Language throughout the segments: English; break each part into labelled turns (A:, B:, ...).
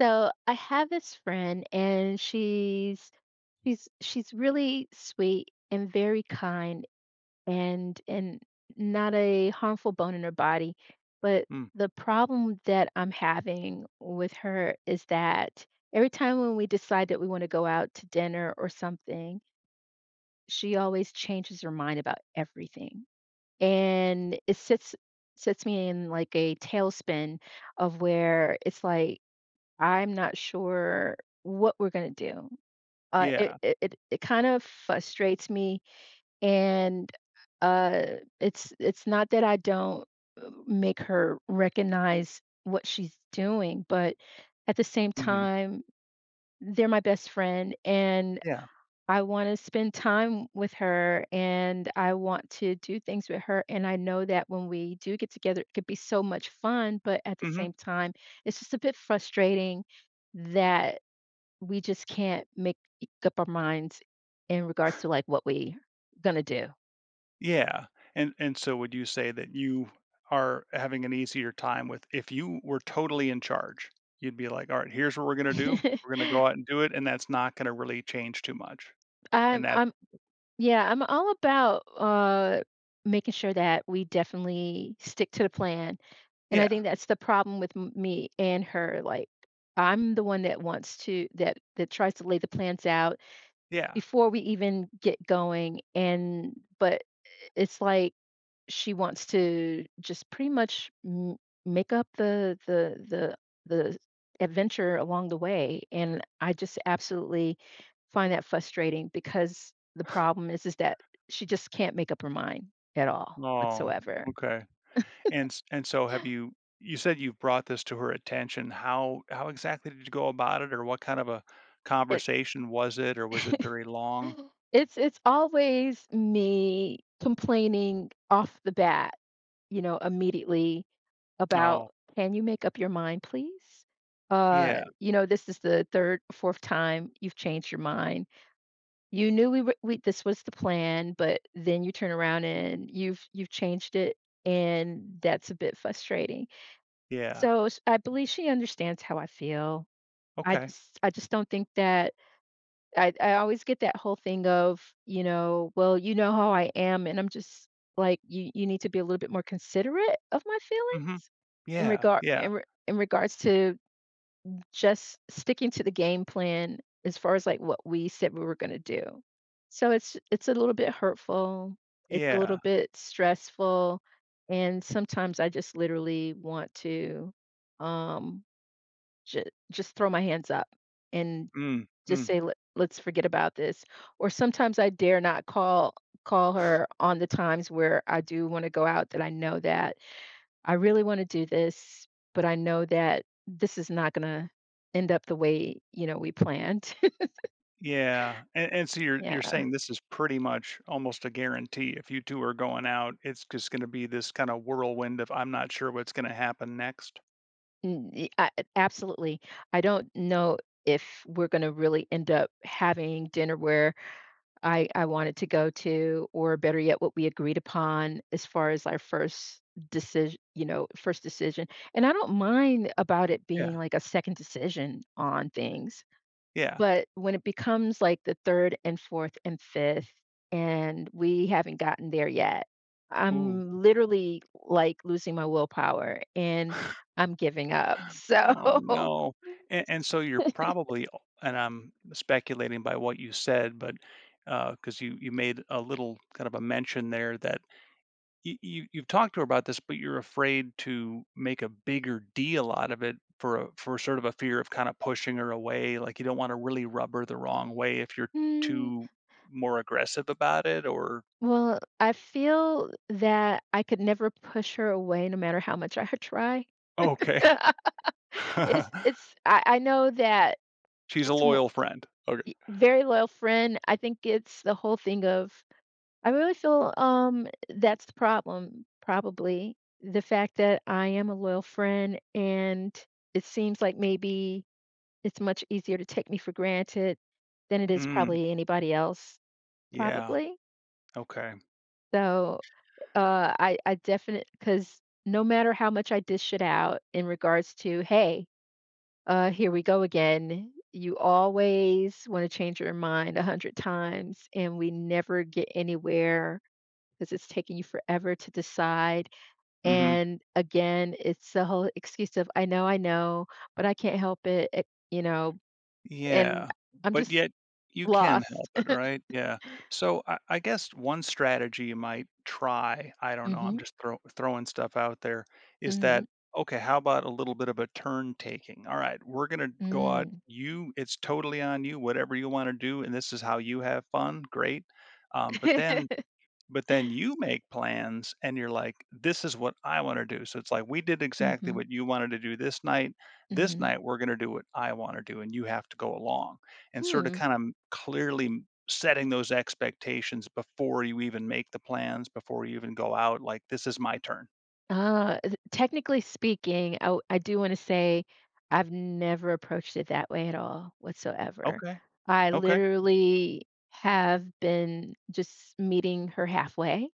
A: So I have this friend and she's really sweet and very kind, and not a harmful bone in her body. But
B: Mm.
A: the problem that I'm having with her is that every time when we decide that we want to go out to dinner or something, she always changes her mind about everything. And it sits sets me in like a tailspin of where it's like I'm not sure what we're gonna do. Uh, it
B: Yeah.
A: it it it kind of frustrates me, and, it's not that I don't, make her recognize what she's doing, but at the same
B: Mhm.
A: time, they're my best friend, and
B: Yeah.
A: I wanna spend time with her, and I want to do things with her, and I know that when we do get together, it could be so much fun, but at the
B: Mhm.
A: same time, it's just a bit frustrating that we just can't make up our minds in regards to like what we gonna do.
B: Yeah, and so would you say that you are having an easier time with if you were totally in charge, you'd be like, "All right, here's what we're gonna do. We're gonna go out and do it, and that's not gonna really change too much." And
A: I'm
B: that
A: I'm yeah, I'm all about making sure that we definitely stick to the plan. And I
B: Yeah,
A: think that's the problem with me and her like I'm the one that wants to that tries to lay the plans out
B: yeah.
A: before we even get going and but it's like she wants to just pretty much m make up the adventure along the way, and I just absolutely find that frustrating because the problem is that she just can't make up her mind at all
B: Oh,
A: whatsoever.
B: okay. And so have you said you've brought this to her attention. How exactly did you go about it, or what kind of a
A: It
B: conversation was it, or was it very long?
A: It's always me complaining off the bat, you know, immediately about,
B: Oh,
A: "Can you make up your mind, please?
B: yeah,
A: You know, this is the 3rd, 4th time you've changed your mind. You knew we were we this was the plan, but then you turn around and you've changed it, and that's a bit frustrating.
B: yeah,
A: So, s I believe she understands how I feel. I
B: okay.
A: just I just don't think that I always get that whole thing of, you know, "Well, you know how I am," and I'm just like, "You need to be a little bit more considerate of my
B: Mhm.
A: feelings
B: Yeah, yeah,
A: in regards to just sticking to the game plan as far as, like, what we said we were gonna do." So it's a little bit hurtful, it's a little
B: yeah.
A: bit stressful, and sometimes I just literally want to, um, ju just throw my hands up and
B: Mm,
A: just
B: mm,
A: say, Let's forget about this," or sometimes I dare not call her on the times where I do wanna go out, that I know that I really want to do this, but I know that this is not going to end up the way, you know, we planned.
B: yeah, and so you're
A: Yeah,
B: saying this is pretty much almost a guarantee. If you two are going out, it's just gonna be this kinda whirlwind of, "I'm not sure what's gonna happen next."
A: n- y- I, absolutely. I don't know if we're going to really end up having dinner where I wanted to go to, or better yet, what we agreed upon as far as our first decision, you know, first decision. And I don't mind about it
B: Yeah,
A: being like a second decision on things.
B: yeah.
A: But when it becomes like the 3rd and 4th and 5th, and we haven't gotten there yet,
B: Ooh.
A: I'm literally, like, losing my willpower, and I'm giving up. So,
B: Oh, no. And so you're probably and I'm speculating by what you said, but, because you made a little kind of a mention there that you you've talked to her about this, but you're afraid to make a bigger deal out of it for a, for sort of a fear of kind of pushing her away. Like you don't want to really rub her the wrong way if you're
A: mm,
B: too more aggressive about it. Or
A: well, I feel that I could never push her away no matter how much I try.
B: okay.
A: It's it's I know that
B: She's a
A: it's more
B: loyal friend. Okay.
A: very loyal friend. I think it's the whole thing of I really feel, that's the problem, probably. The fact that I am a loyal friend, and it seems like maybe it's much easier to take me for granted than it is
B: Mm,
A: probably anybody else,
B: yeah.
A: probably.
B: Okay.
A: So, I definitely, because no matter how much I dish it out in regards to, "Hey, here we go again," you always wanna change your mind 100 times, and we never get anywhere because it's taking you forever to decide.
B: Hmm.
A: And again, it's the whole excuse of I know, but I can't help it, you know, and
B: Yeah,
A: I'm
B: but
A: just
B: yet you can
A: lost.
B: help it, right? Yeah. So I, guess one strategy you might try, I don't know, I'm
A: Mhm.
B: just throwing stuff out there, is
A: Mhm.
B: that, okay, how about a little bit of a turn taking? All right, we're going to go out.
A: Mm.
B: You, it's totally on you, whatever you want to do. And this is how you have fun. Great. Um, but then but then you make plans and you're like, "This is what I wanna do." So it's like, "We did exactly
A: Mhm.
B: what you wanted to do this night. This
A: Mhm.
B: night, we're gonna do what I wanna do, and you have to go along." And sorta
A: Hmm.
B: kinda clearly m setting those expectations before you even make the plans, before you even go out, like, "This is my turn."
A: Technically speaking, I do want to say I've never approached it that way at all whatsoever.
B: Okay,
A: I
B: okay.
A: literally have been just meeting her halfway.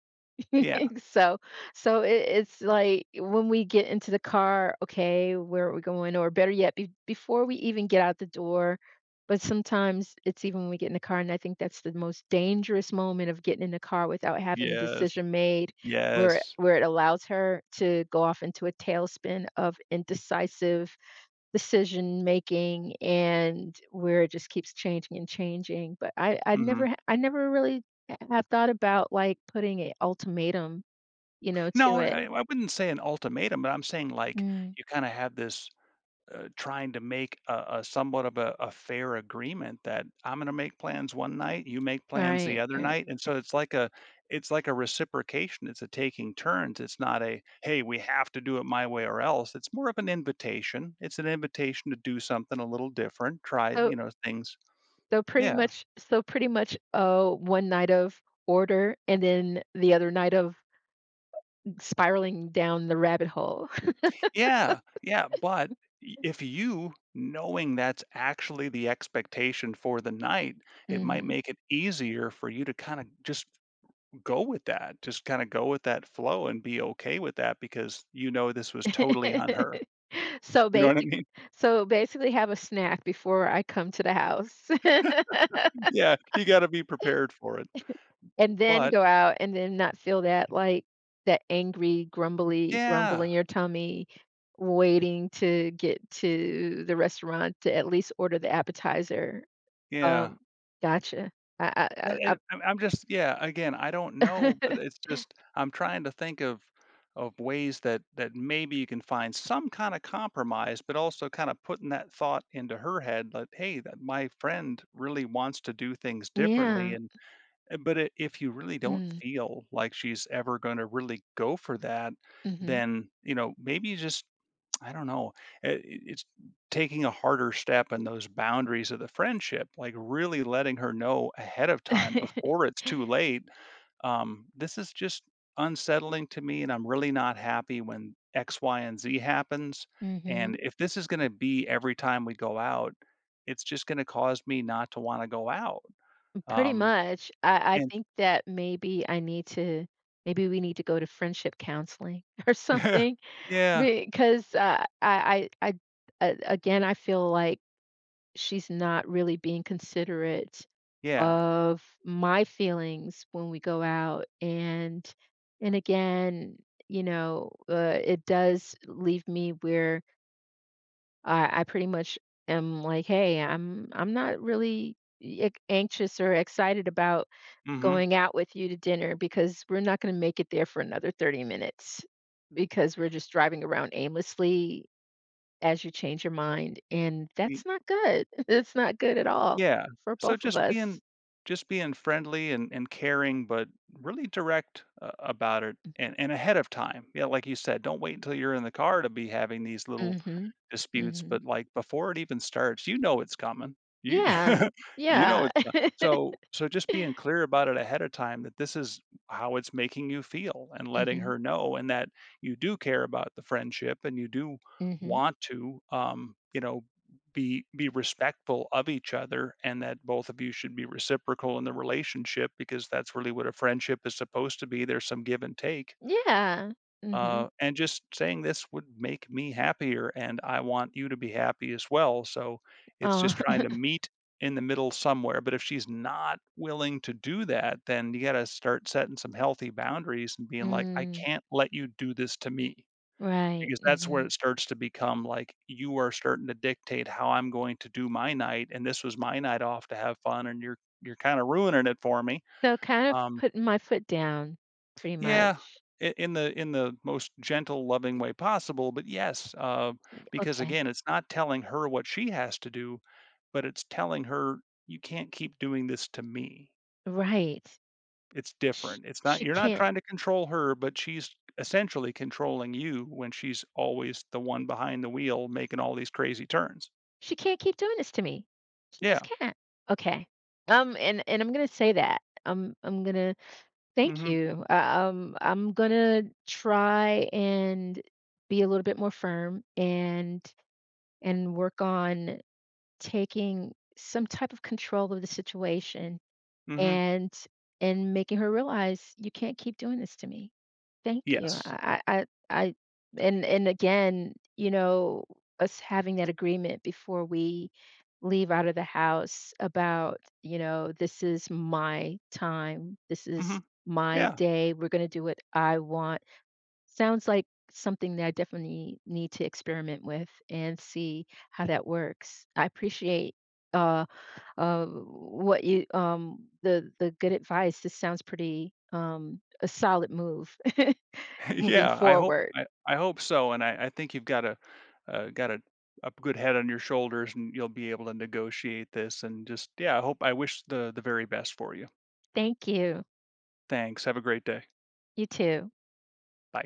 B: Yeah.
A: So so it's like when we get into the car, okay, where are we going? Or better yet, be before we even get out the door. But sometimes it's even when we get in the car, and I think that's the most dangerous moment of getting in the car without having a
B: Yes.
A: decision made,
B: Yes.
A: where it allows her to go off into a tailspin of indecisive decision making, and where it just keeps changing and changing. But
B: Mhm.
A: I never really have thought about like putting an ultimatum, you know, to
B: No,
A: it.
B: I wouldn't say an ultimatum, but I'm saying, like,
A: Mm.
B: you kinda have this trying to make a, somewhat of a, fair agreement that I'm going to make plans one night, you make plans the
A: Right,
B: other
A: right.
B: night, and so it's like a reciprocation. It's a taking turns. It's not a hey, we have to do it my way or else. It's more of an invitation. It's an invitation to do something a little different. Try
A: So
B: things.
A: so pretty
B: Yeah,
A: much so pretty much, one night of order and then the other night of spiraling down the rabbit hole.
B: yeah, yeah. But if you knowing that's actually the expectation for the night, it might
A: Mhm.
B: make it easier for you to kind of just go with that. Just kinda go with that flow and be okay with that because you know this was totally on her.
A: So
B: You know what I
A: basic
B: mean?
A: so basically have a snack before I come to the house,
B: Yeah, you gotta be prepared for it.
A: and then
B: But
A: go out and then not feel that, like, that angry, grumbly grumble
B: yeah,
A: in your tummy waiting to get to the restaurant to at least order the appetizer.
B: yeah.
A: Um, Gotcha.
B: And
A: I I I
B: and I'm just yeah, again, I don't
A: I
B: know, but it's just I'm trying to think of ways that maybe you can find some kinda compromise, but also kinda putting that thought into her head that, "Hey, that my friend really wants to do things differently."
A: Yeah.
B: And But if you really don't
A: Mm,
B: feel like she's ever going to really go for that,
A: mhm.
B: then, maybe you just, I don't know, it's taking a harder step in those boundaries of the friendship, like really letting her know ahead of time before it's too late. This is just unsettling to me, and I'm really not happy when X, Y, and Z happens.
A: Mhm.
B: And if this is going to be every time we go out, it's just going to cause me not to want to go out.
A: Pretty
B: Um,
A: much. I
B: and
A: think that maybe I need to maybe we need to go to friendship counseling or something
B: Yeah,
A: because, again, I feel like she's not really being considerate
B: yeah,
A: of my feelings when we go out, and again, you know, it does leave me where I pretty much am like, hey, I'm not really anxious or excited about
B: mhm,
A: going out with you to dinner because we're not going to make it there for another 30 minutes because we're just driving around aimlessly as you change your mind, and that's not good, it's not good at all
B: yeah,
A: for
B: so
A: both of
B: just
A: us.
B: being friendly and caring, but really direct a about it and ahead of time, yeah, like you said, don't wait until you're in the car to be having these little
A: Mhm.
B: disputes, but,
A: Mhm.
B: like, before it even starts, you know it's coming. You
A: Yeah,
B: you know
A: yeah.
B: it's co so so just being clear about it ahead of time that this is how it's making you feel and letting
A: Mhm,
B: her know and that you do care about the friendship and you do
A: mhm.
B: want to, be respectful of each other and that both of you should be reciprocal in the relationship because that's really what a friendship is supposed to be. There's some give and take.
A: Yeah, mhm.
B: And just saying this would make me happier, and I want you to be happy as well. So it's just
A: Oh.
B: trying to meet in the middle somewhere. But if she's not willing to do that, then you got to start setting some healthy boundaries and being like, I
A: Mm,
B: can't let you do this to me.
A: right,
B: Because that's where
A: mhm.
B: it starts to become like you are starting to dictate how I'm going to do my night, and this was my night off to have fun, and you're kind of ruining it for me.
A: So kind of
B: Um,
A: putting my foot down, pretty
B: yeah,
A: much.
B: I in the most gentle, loving way possible, but yes, because
A: Okay.
B: again, it's not telling her what she has to do, but it's telling her, "You can't keep doing this to me.
A: Right.
B: It's
A: Sh
B: different. It's not
A: She
B: you're not
A: can't,
B: trying to control her, but she's essentially controlling you when she's always the one behind the wheel making all these crazy turns."
A: she can't keep doing this to me. She just
B: Yeah.
A: can't. Okay. And I'm gonna say that. I'm gonna
B: Mm.
A: thank
B: Mhm.
A: you. I'm gonna try and be a little bit more firm and work on taking some type of control of the situation
B: Mm. Mhm.
A: and and making her realize you can't keep doing this to me. Thank you.
B: Yes.
A: And again, you know, us having that agreement before we leave out of the house about, you know, this is my time. This
B: Mm.
A: is
B: Mhm.
A: my
B: Yeah.
A: day. We're going to do what I want. Sounds like something that I definitely need to experiment with and see how that works. I appreciate uh, what you the good advice. This sounds pretty a solid move. Moving
B: Yeah, I hope
A: forward.
B: I hope so, and I think you've got a good head on your shoulders, and you'll be able to negotiate this and just yeah, I hope I wish the very best for you.
A: Thank you.
B: Thanks. Have a great day.
A: You too.
B: Bye.